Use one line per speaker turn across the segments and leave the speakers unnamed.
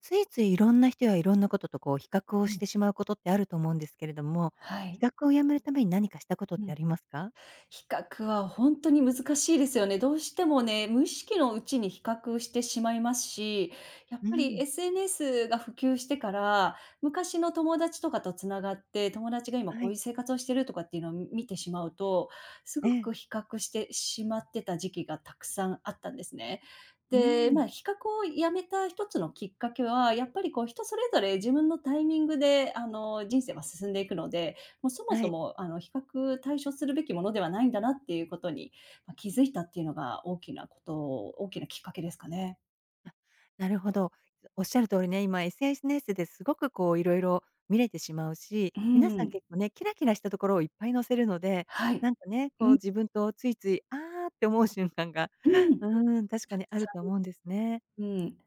ついついいろんな人やいろんなこととこう比較を
う
し
ん、
てしまうことってあると思うんですけれども、
は
比
い。
較をやめるために何かしたことっ
う
てあ
ん。
りますか？
比較は本当に難しいですよね。どうしてもね、無意識のうちに比較してしまいますし、やっ
う
ぱり
ん。
SNS が普及してから、昔の友達とかとつながって、友達が今
は
こうい
い。
う生活をしてるとかっていうのを見てしまうと、す
え
ごく
え。
比較してしまってた時期がたくさんあったんですね。
う
で、ま
ん。
あ、比較をやめた一つのきっかけは、やっぱりこう人それぞれ自分のタイミングで、人生は進んでいくので、もうそも
は
そ
い。
も、比較対処するべきものではないんだなっていうことに、まあ、気づいたっていうのが大きなきっかけですかね。
あ、なるほど。おっしゃる通りね、今 SNS ですごくこういろいろ見れてしまうし、
う
皆さん
ん、
結構ね、キラキラしたところをいっぱい載せるので、
はい。
なんかね、
う
こう
ん、
自分とついつい、あーって思う瞬間が、
う ん、
うん、確かにあると思うんですね。
うん、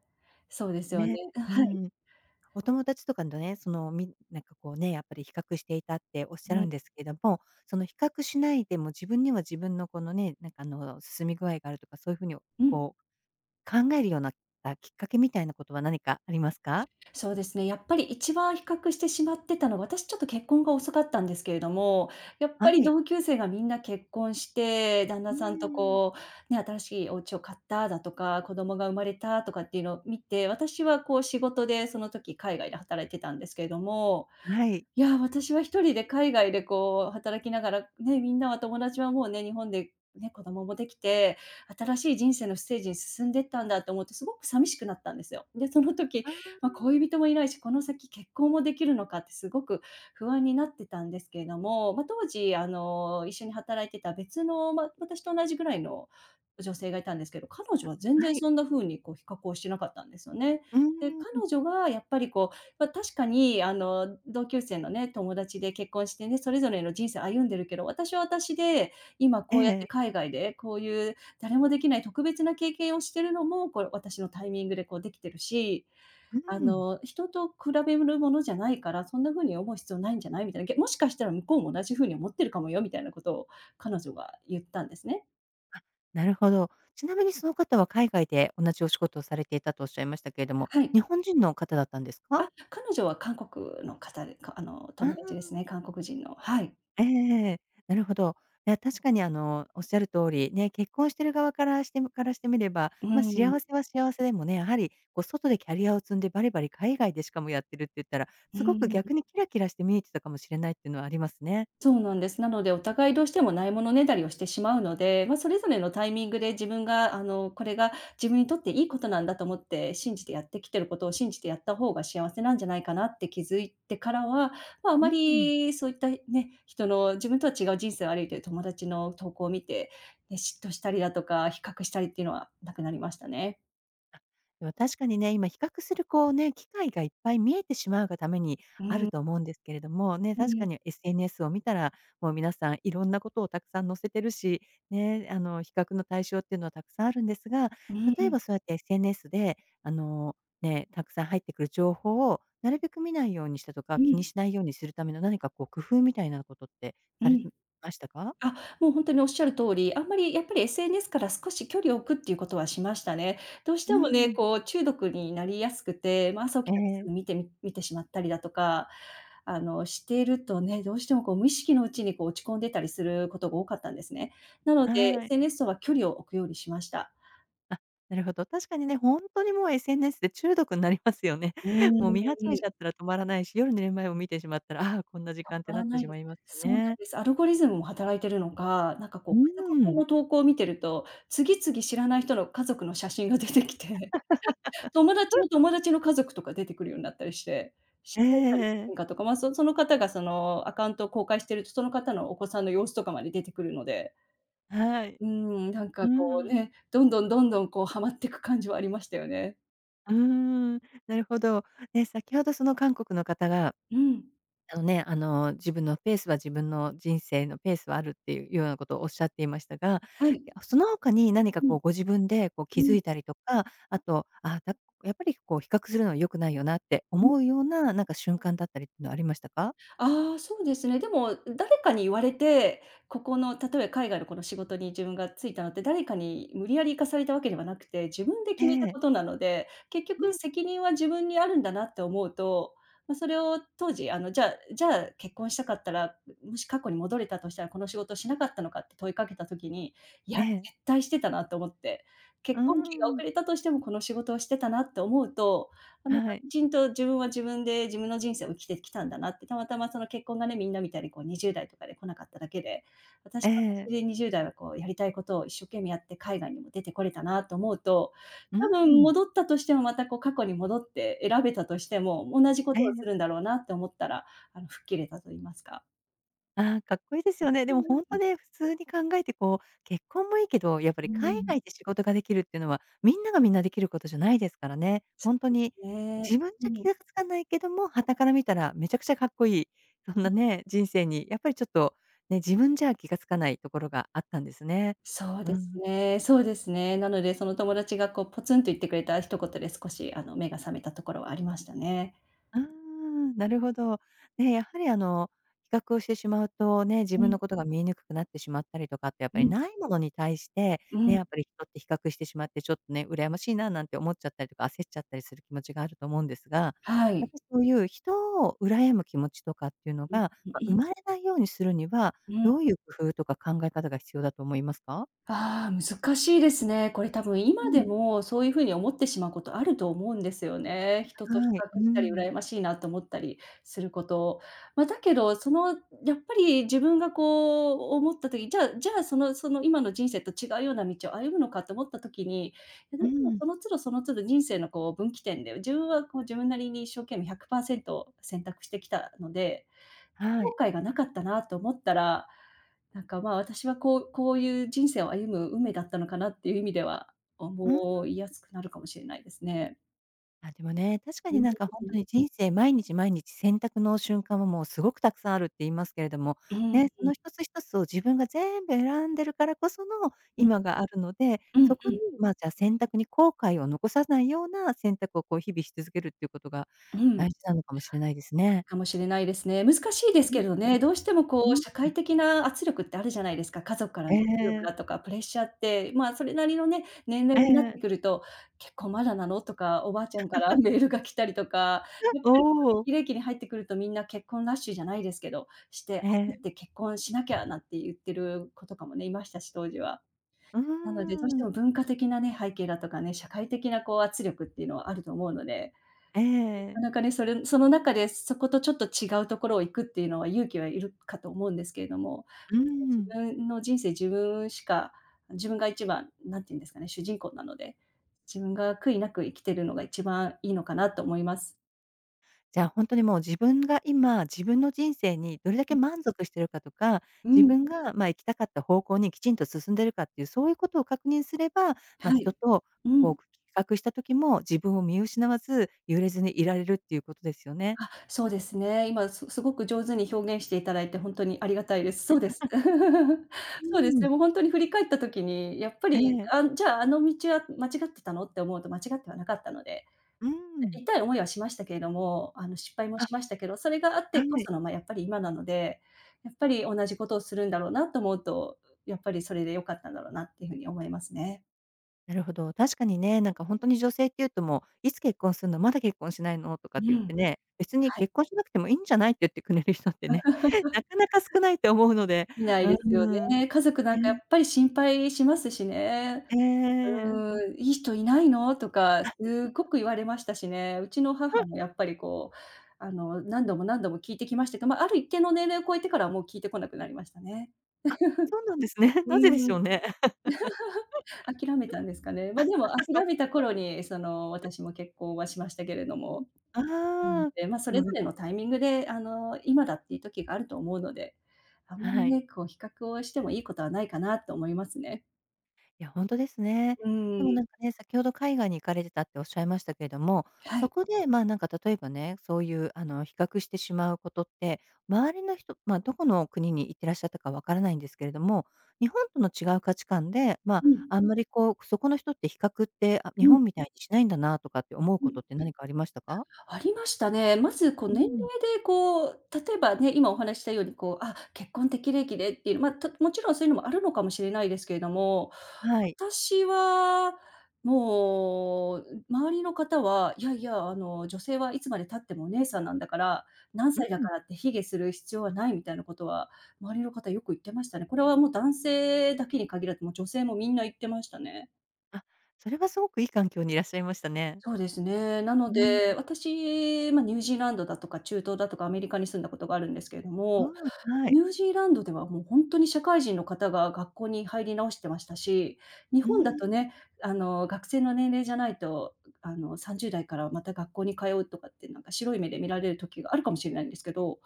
そうですよね。
ね。う
はい。
ん。お友達とかとね、その、んかこうね、やっぱり比較していたっておっしゃ
う
るん
ん、
ですけども、その比較しないでも自分には自分のこのね、なんかあの、進み具合があるとか、そういう風に
うん。
こう考えるようなきっかけみたいなことは何かありますか？
そうですね。やっぱり一番比較してしまってたのは、私ちょっと結婚が遅かったんですけれども、やっぱ
は
り
い。
同級生がみんな結婚して、旦
う
那
ー
さんと
ん。
こう、ね、新しいお家を買っただとか、子供が生まれたとかっていうのを見て、私はこう仕事でその時海外で働いてたんですけれども、
はい。
いや、私は一人で海外でこう働きながら、ね、みんなは友達はもうね、日本でね、子供もできて、新しい人生のステージに進んでったんだと思ってすごく寂しくなったんですよ。で、その時、
あ
まあ、恋
あ、
人もいないし、この先結婚もできるのかってすごく不安になってたんですけれども、まあ、当時一緒に働いてた別の、まあ、私と同じぐらいの女性がいたんですけど、彼女は全
は
然
い。
そんな風にこう比較をしてなかったんですよね。
う
で、
ーん。
彼女がやっぱりこう、まあ、確かに、同級生のね、友達で結婚してね、それぞれの人生歩んでるけど、私は私で、今
え
こうやって
え。
海外で、こういう誰もできない特別な経験をしてるのも、これ私のタイミングでこうできてるし、
うーん。
人と比べるものじゃないから、そんな風に思う必要ないんじゃない？みたいな、もしかしたら向こうも同じ風に思ってるかもよみたいなことを彼女が言ったんですね。
あ、なるほど。ちなみにその方は海外で同じお仕事をされていたとおっしゃいましたけれども、
はい。
日本人の方だったんですか？
あ、彼女は韓国の方で、かあの、
あ
友達です
あ。
ね、韓国人の。はい。
ええ、なるほど。いや、確かにあの、おっしゃる通り、ね、結婚してる側からしてからしてみれば、
う
まあ、幸
ん。
せは幸せでもね、やはりこう外でキャリアを積んでバリバリ海外でしかもやってるって言ったら、
う
すごく
ー
逆
ん。
にキラキラして見えてたかもしれないっていうのはありますね。
そうなんです。なので、お互いどうしてもないものねだりをしてしまうので、まあ、それぞれのタイミングで自分が、これが自分にとっていいことなんだと思って信じてやってきてることを信じてやった方が幸せなんじゃないかなって気づいてからは、まあ、あま
うん。
りそういったね、人の自分とは違う人生を歩いてる友達の投稿を見て、ね、嫉妬したりだとか、比較したりっていうのはなくなりましたね。
でも確かにね、今比較するこうね、機会がいっぱい見えてしまうがために
う
ある
ん、
と思うんですけれども、ね、
う
確か
ん、
に SNS を見たら、もう皆さんいろんなことをたくさん載せてるし、ね、あの、比較の対象っていうのはたくさんあるんですが、
う
例え
ん、
ばそうやって SNS で、あの、ね、たくさん入ってくる情報をなるべく見ないようにしたと
う
か、気
ん、
にしないようにするための何かこう工夫みたいなことって
う
されて
ん。
ましたか？
あ、もう本当におっしゃる通り、あんまりやっぱり SNS から少し距離を置くっていうことはしましたね。どうして
う
もね、
ん、
こう中毒になりやすくて、まあ、朝起
え
きたらす
え、
ぐ見てしまったりだとか、しているとね、どうしてもこう無意識のうちにこう落ち込んでたりすることが多かったんですね。なので、
はい。
SNS とは距離を置くようにしました。
あ、なるほど。確かにね、本当にもう SNS で中毒になりますよね。
うー
もう見
ん、
始めちゃったら止まらないし、夜寝る前も見てしまったら、ああ、こんな時
た
間って
ま
な
ら
って
ない
し
で
まいますし
す。そうなん
ね。
です。アルゴリズムも働いてるのか、なんかこう
う
家族系
ん。
の投稿を見てると、次々知らない人の家族の写真が出てきて、友達の友達の家族とか出てくるようになったりして、「心配じゃありませ
ええ、
んか？」とか、ま、その方がそのアカウントを公開してると、その方のお子さんの様子とかまで出てくるので、
はい。
うーん、なんか
う
こう
ん。
ね、どんどんどんどんこうはまってく感じはありましたよね。
うん。なるほど。ね、先ほどその韓国の方が
うん。
あのね、あの、自分のペースは自分の人生のペースはあるっていうようなことをおっしゃっていましたが、
はい。
その他に何か
うん、
こうご自分でこう気
う
づ
ん、
いたりとか、あと、やっぱりこう比較するのは良くないよなって
うん。
思うような、なんか瞬間だったりっていうのはありましたか？
ああ、そうですね。でも、誰かに言われて、ここの、例えば海外のこの仕事に自分が就いたのって、誰かに無理やり行かされたわけではなくて、自分で
え
決めたこ
え、
となので、結
う
局
ん、
責任は自分にあるんだなって思うと、まあ、それを当時、じゃあ結婚したかったら、もし過去に戻れたとしたら、この仕事しなかったのかって問いかけた時に、い
え
や、
え、
絶対してたなと思って、
うー
結婚期が遅
ん、
れたとしてもこの仕事をしてたなって思うと、あの
はい、
きちんと自分は自分で自分の人生を生きてきたんだなって、たまたまその結婚がね、みんなみたいにこう20代とかで来なかっただけで、私
え
は私
え、
で20代はこうやりたいことを一生懸命やって海外にも出てこれたなと思うと、
う
多分
ん、
戻ったとしてもまたこう過去に戻って選べたとしても、同じこ
え
とをす
え。
るんだろうなって思ったら、吹っ切れたと言いますか。
ああ、かっこいいですよね。
う
でも本当
ん。
ね、普通に考えてこう、結婚もいいけど、やっぱ
う
り海
ん、
外で仕事ができるっていうのは、みんながみんなできることじゃないですからね。
そ
本当に、
うね。
自分じ
う
ゃ気
ん。
がつかないけども、傍から見たらめちゃくちゃかっこいい、そんなね、人生にやっぱりちょっと、ね、自分じゃ気がつかないところがあったんですね。
そう
うん
で
う
す
ん、
ね、そうですね。なので、その友達がこうポツンと言ってくれた一言で少し目が覚めたところはありましたね。
ああ、なるほど。ね、やはりあの、比較をしてしまうとね、自
う
分
ん、
のことが見えにくくなってしまったりとかってやっ
う
ぱり
ん、
ないものに対して、
う
ね、
ん、
やっぱり人って比較してしまって、ちょっとね、羨ましいななんて思っちゃったりとか、焦っちゃったりする気持ちがあると思うんですが、
は
やっぱ
い。
りそういう人を羨む気持ちとかっていうの
うん、
が、
う
ま、生
ん、
まれないようにするには、
うん。
どういう工夫とか考え方が必要だと思いますか？
ああ、難しいですね。これ多分
う
今で
ん、
もそういう風に思ってしまうことあると思うんですよね。人と比
はい。
較し
う
たり
ん。
羨ましいなと思ったりすること。まあ、だけど、やっぱり自分がこう思った時、じゃあじゃあ、その今の人生と違うような道を歩むのかと思った時に、で
う
も
ん。
その都度その都度人生のこう分岐点で、自分はこう自分なりに一生懸命100％選択してきたので、
は
後
い。
悔がなかったなと思ったら、なんか、まあ、私はこういう人生を歩む運命だったのかなっていう意味では、
うん。はい。うん。
思いやすくなるかもしれないですね。
あ、でもね、確かになん
う
か本当に人生毎日毎日選択の瞬間はもうすごくたくさんあるって言いますけれども、ね、その一つ一つを自分が全部選んでるからこその今があるので、
んう
そ
んう
こに、
ん。
ま、じゃあ選択に後悔を残さないような選択をこう日々し続けるっていうことが
うんうんうん。
大事なのかもしれないですね。
かもしれないですね。難しいです
う
け
ん、
どね、どうしてもこ
う
う
ん。
社会的な圧力ってあるじゃないですか。家族から
え
の圧力
え、
だとかプレッシャーって、まあ、それなりのね、年齢
え
になって
え。
くると、「結婚まだなの？」とか、おばあちゃんから メールが来たりとか、やっぱ
お
り
おー。
適齢期に入ってくるとみんな結婚ラッシュじゃないですけど、
え
焦
え。
って結婚しなきゃなんて言ってる子とかもね、いましたし、当時は。
うー
なので、どうして
ん。
も文化的なね、背景だとかね、社会的なこう圧力っていうのはあると思うので、
え
なか
え。
なかね、その中でそことちょっと違うところを行くっていうのは勇気はいるかと思うんですけれども、
う
自
ん。
分の人生、自分が一番、なんて言うんですかね、主人公なので、自分が悔いなく生きてるのが一番いいのかなと思います。
じゃあ、本当にもう自分が今、自分の人生にどれだけ
う
満足してるかとか、
ん、
自
うん、
分が、ま、行きたかった方向にきちんと進んでるかっていう、そういうことを確認すれば、まあ、
は
人
い。
と
うん。
こう比較した時も、自分を見失わず、揺れずにいられるっていうことですよね。
あ、そうですね。今すごく上手に表現していただいて本当にありがたいです。そうです。そうです。
う
で
ん。
もほんに振り返った時に、やっぱ
え
り、
え。
あ、じゃあ、あの道は間違ってたのって思うと間違ってはなかったので、
うん。
痛い思いはしましたけれども、あの、失敗も
あ、
しましたけど、それがあっ
は
てこそ
い。
の、ま、やっぱり今なので、やっぱり同じことをするんだろうなと思うと、やっぱりそれで良かったんだろうなっていう風に思いますね。
なるほど。確かにね、なんか本当に女性っていうと、もう「いつ結婚するの？まだ結婚しないの？」とか
う
って言っ
ん。
てね、別に
はい。
結婚しなくてもいいんじゃないって言ってくれる人ってね、なかなか少ないと思うので、
いない
う
ですよね。
ーん、
家族なんかやっ
ね、
ぱり心配しますしね。
ええ、
うーん、「いい人いないの？」とかすごく言われましたしね。うちの母もやっぱりこう、あの、何度も聞いてきましたけど、ま、ある一定の年齢を超えてからはもう聞いてこなくなりましたね。
あ、そうなんですね。
う
なぜで
ー
しょう
ん。
ね。
諦めたんですかね。ま、あでも
そう、
諦めた頃に、その、私も結婚はしましたけれども、
あ
なの
あ、
で、まあ、そ
で
れ
も、
ぞれのタイミングで、あの、今だっていう時があると思うので、あんまり
はい。
ね、こう比較をしてもいいことはないかなと思いますね。
いや、本当ですね。
うー
でも
ん、
なんかね、先ほど海外に行かれてたっておっしゃいましたけれども、
は
そ
い。
こで、まあ、なんか例えばね、そういうあの、比較してしまうことって、周りの人、まあ、どこの国に行ってらっしゃったかわからないんですけれども、日本との違う価値観で、まあ、
うん、
あんまりこう、そこの人って比較って、あ、
う
日
ん、
本みたいにしないんだなとかって思う
う
こ
ん。
とって何かありましたか？
ありましたね。まず、こう、
う
年齢
ん。
で、こう、例えばね、今お話ししたように、こう、あ、結婚適齢期でっていう、まあ、たもちろんそういうのもあるのかもしれないですけれども、
はい。
私は、もう、周りの方は、いやいや、あの、女性はいつまで経ってもお姉さんなんだから、何
う
歳だ
ん。
からって卑下する必要はないみたいなことは、周りの方よく言ってましたね。これはもう男性だけに限らず、もう女性もみんな言ってましたね。
あ、それはすごくいい環境にいらっしゃいましたね。
そうですね。なの
うん。
で、私、まあ、ニュージーランドだとか中東だとかアメリカに住んだことがあるんですけれど
あ
も、
あ、はい。
ニュージーランドではもう本当に社会人の方が学校に入り直してましたし、日
う
本だと
ん。
ね、あの、学生の年齢じゃないと、あの、30代からまた学校に通うとかって、なんか白い目で見られる時があるかもしれないんですけど、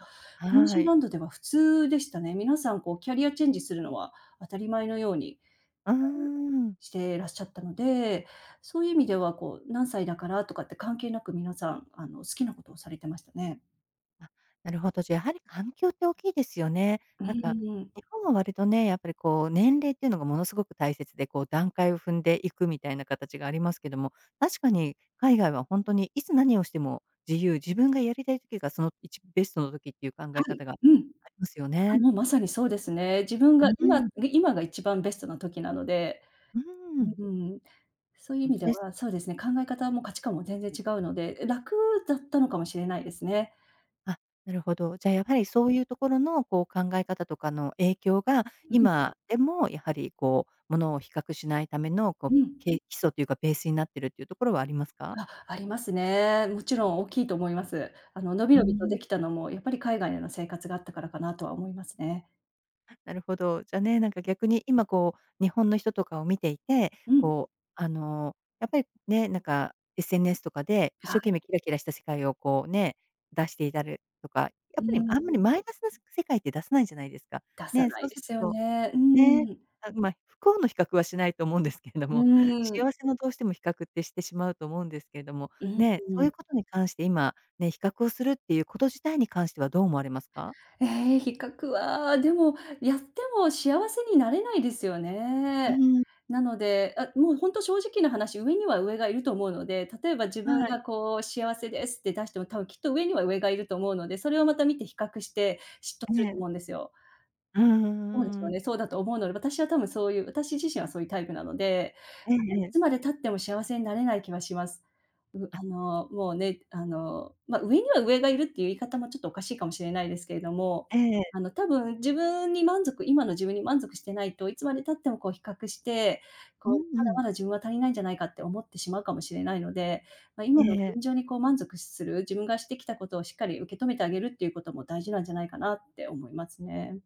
ニュージ
は
ー
い。
ランドでは普通でしたね。皆さんこうキャリアチェンジするのは当たり前のように
うーん。
していらっしゃったので、そういう意味ではこう、何歳だからとかって関係なく皆さん、あの、好きなことをされてましたね。
あ、なるほど。じゃあ、やはり環境って大きいですよね。
う
なんか、
ん。
日本は割とね、やっぱりこう、年齢っていうのがものすごく大切で、こう、段階を踏んでいくみたいな形がありますけども、確かに海外は本当にいつ何をしても自由、自分がやりたい時がそのベストの時っていう考
は
え
い。
方があ
うん。
りますよ
あ、
ね。
もうまさにそうですね。自分が
う
今
ん。
今が一番ベストな時なので、
うん。
うん、そういう意
本
味
当
で
です。
は、そうですね、考え方も価値観も全然違うので、楽だったのかもしれないですね。
あ、なるほど。じゃあ、やはりそういうところの、こう、考え方とかの影響が、
う
今でもやはり、こう、ものを比較しないための、こう、
ん、うん。
基礎というかベースになってるっていうところはありますか？
あ、ありますね。もちろん大きいと思います。あの、伸び
う
伸びと
ん、
できたのも、やっぱり海外での生活があったからかなとは思いますね。
なるほど。じゃあね、なんか逆に今こう、日本の人とかを見ていて、
うん。
こう、あの、やっぱりね、なんか SNS とかで一
は
生懸
い。
命キラキラした世界をこうね、出していたりとか、や
う
っぱり
ん。
あんまりマイナスな世界って出さないじゃないですか。
出さ
ね、そ
ない
う
で
する
すよ
と
ね。う
ね、
ん。
あ、まあ、不幸の比較はしないと思うんですけれど
う
も、
ん。
幸せのどうしても比較ってしてしまうと思うんですけれども、
う
ね、そうい
ん。
うことに関して今、ね、比較をするっていうこと自体に関してはどう思われますか？
ええ、比較は、でも、やっても幸せになれないですよ
う
ね。
ーん、
なので、あ、もうほんと正直な話、上には上がいると思うので、例えば自分
はい、
がこう幸せですって出しても、多分きっと上には上がいると思うので、それをまた見て比較して嫉妬
え
すると
え、
思うんですよ。
うんうんう
そうでしょ
んう
う
ん。
ね、そうだと思うので、私は多分そういう私自身はそういうタイプなので、
ええ
あの、い
ええ。
つまで経っても幸せになれない気はします。う
あ、
あの、もうね、あの、まあ、上には上がいるっていう言い方もちょっとおかしいかもしれないですけれども、
ええ、
あの、多分自分に満足今の自分に満足してないと、いつまで経ってもこう比較して、
う
こう、
ん
ま
う
だま
ん。
だ自分は足りないんじゃないかって思ってしまうかもしれないので、まあ、
え
今の
ええ
現
え。
状にこう満足する、自分がしてきたことをしっかり受け止めてあげるっていうことも大事なんじゃないかなって思いますね。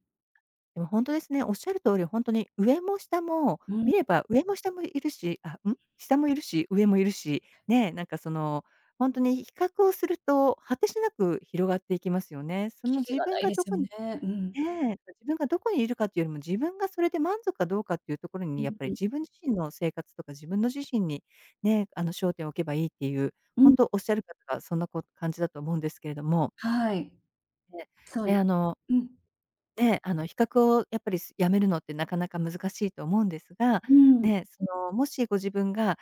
でも本当ですね。おっしゃる通り、本当に上も下も
うん。
見れば、上も下もいるし、あ、ん？下もいるし、上もいるし、ね、なんかその、本当に比較をすると、果てしなく広がっていきますよね。その
きり
自
がな
分
い
が
で
ど
すよ
こに
ね。うん。
ね、自分がどこにいるかっていうよりも、自分がそれで満足かどうかっていうところ
う
に、やっ
ん
ぱり
うん。
自分自身の生活とか、自分の自身にね、あの、焦点を置けばいいっていう、
う
本
ん。
当おっしゃる方がそんな感じだと思うんですけれども。
はい。
で、
そ
で、
う。
あの
うん。
ね、あの、比較をやっぱり、やめるのってなかなか難しいと思うんですが、
うん。
ね、その、もしご自分が、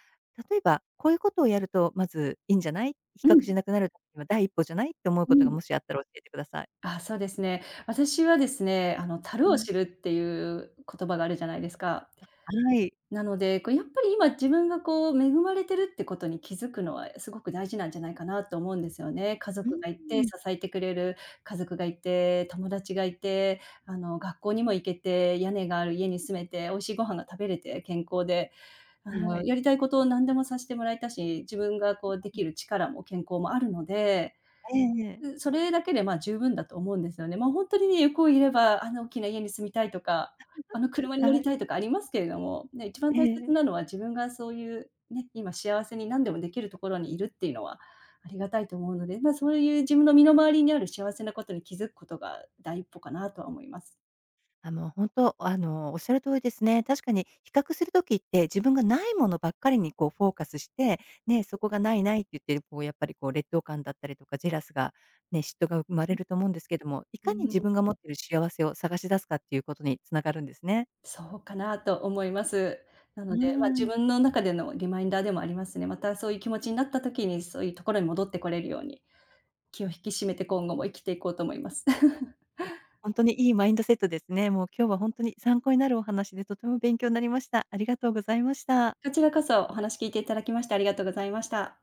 例えばこういうことをやるとまずいいんじゃない、比
う
較し
ん。
なくなるためには第一歩じゃないって思う
う
ことが
ん。
もしあったら教えてください。
あ、そうですね。私はですね、あの、足
は
を
い。
知るっていう言葉があるじゃないですか。
はい、
なので、こうやっぱり今自分がこう恵まれてるってことに気づくのはすごく大事なんじゃないかなと思うんですよね。家
うー
族がいて支
ん。
えてくれる家族がいて、友達がいて、あの、学校にも行けて、屋根がある家に住めて、美味しいご飯が食べれて、健康で、あ
は
の、
い。
やりたいことを何でもさせてもらえたし、自分がこうできる力も健康もあるので、
ええええ。
うそれだけでまあ十分だと思うんですよね。まあほんとにね、欲を言えば、あの大きな家に住みたいとか、あの車に乗
は
り
い。
たいとかありますけれども、ね、一番
え
大切
え。
なのは自分がそういうね、今幸せに何でもできるところにいるっていうのはありがたいと思うので、まあ、そういう自分の身の回りにある幸せなことに気づくことが第一歩かなとは思います。
あ、もうほあの、おっしゃる通りですね。確かに比較するときって、自分がないものばっかりにこうフォーカスして、ね、そこがないないって言ってる、こうやっぱりこう劣等感だったりとか、ジェラスが、ね、嫉妬が生まれると思うんですけども、い
う
かに自
ん。
分が持ってる幸せを探し出すかっていうことに繋がるんですね。
そうかなと思います。な
う
の
ー
で、まあ、自
ん。
分の中でのリマインダーでもありますね。またそういう気持ちになった時に、そういうところに戻ってこれるように、気を引き締めて今後も生きていこうと思います。
いや、本当にいいマインドセットですね。もう今日は本当に参考になるお話でとても勉強になりました。ありがとうございました。
こちらこそお話聞いていただきましてありがとうございました。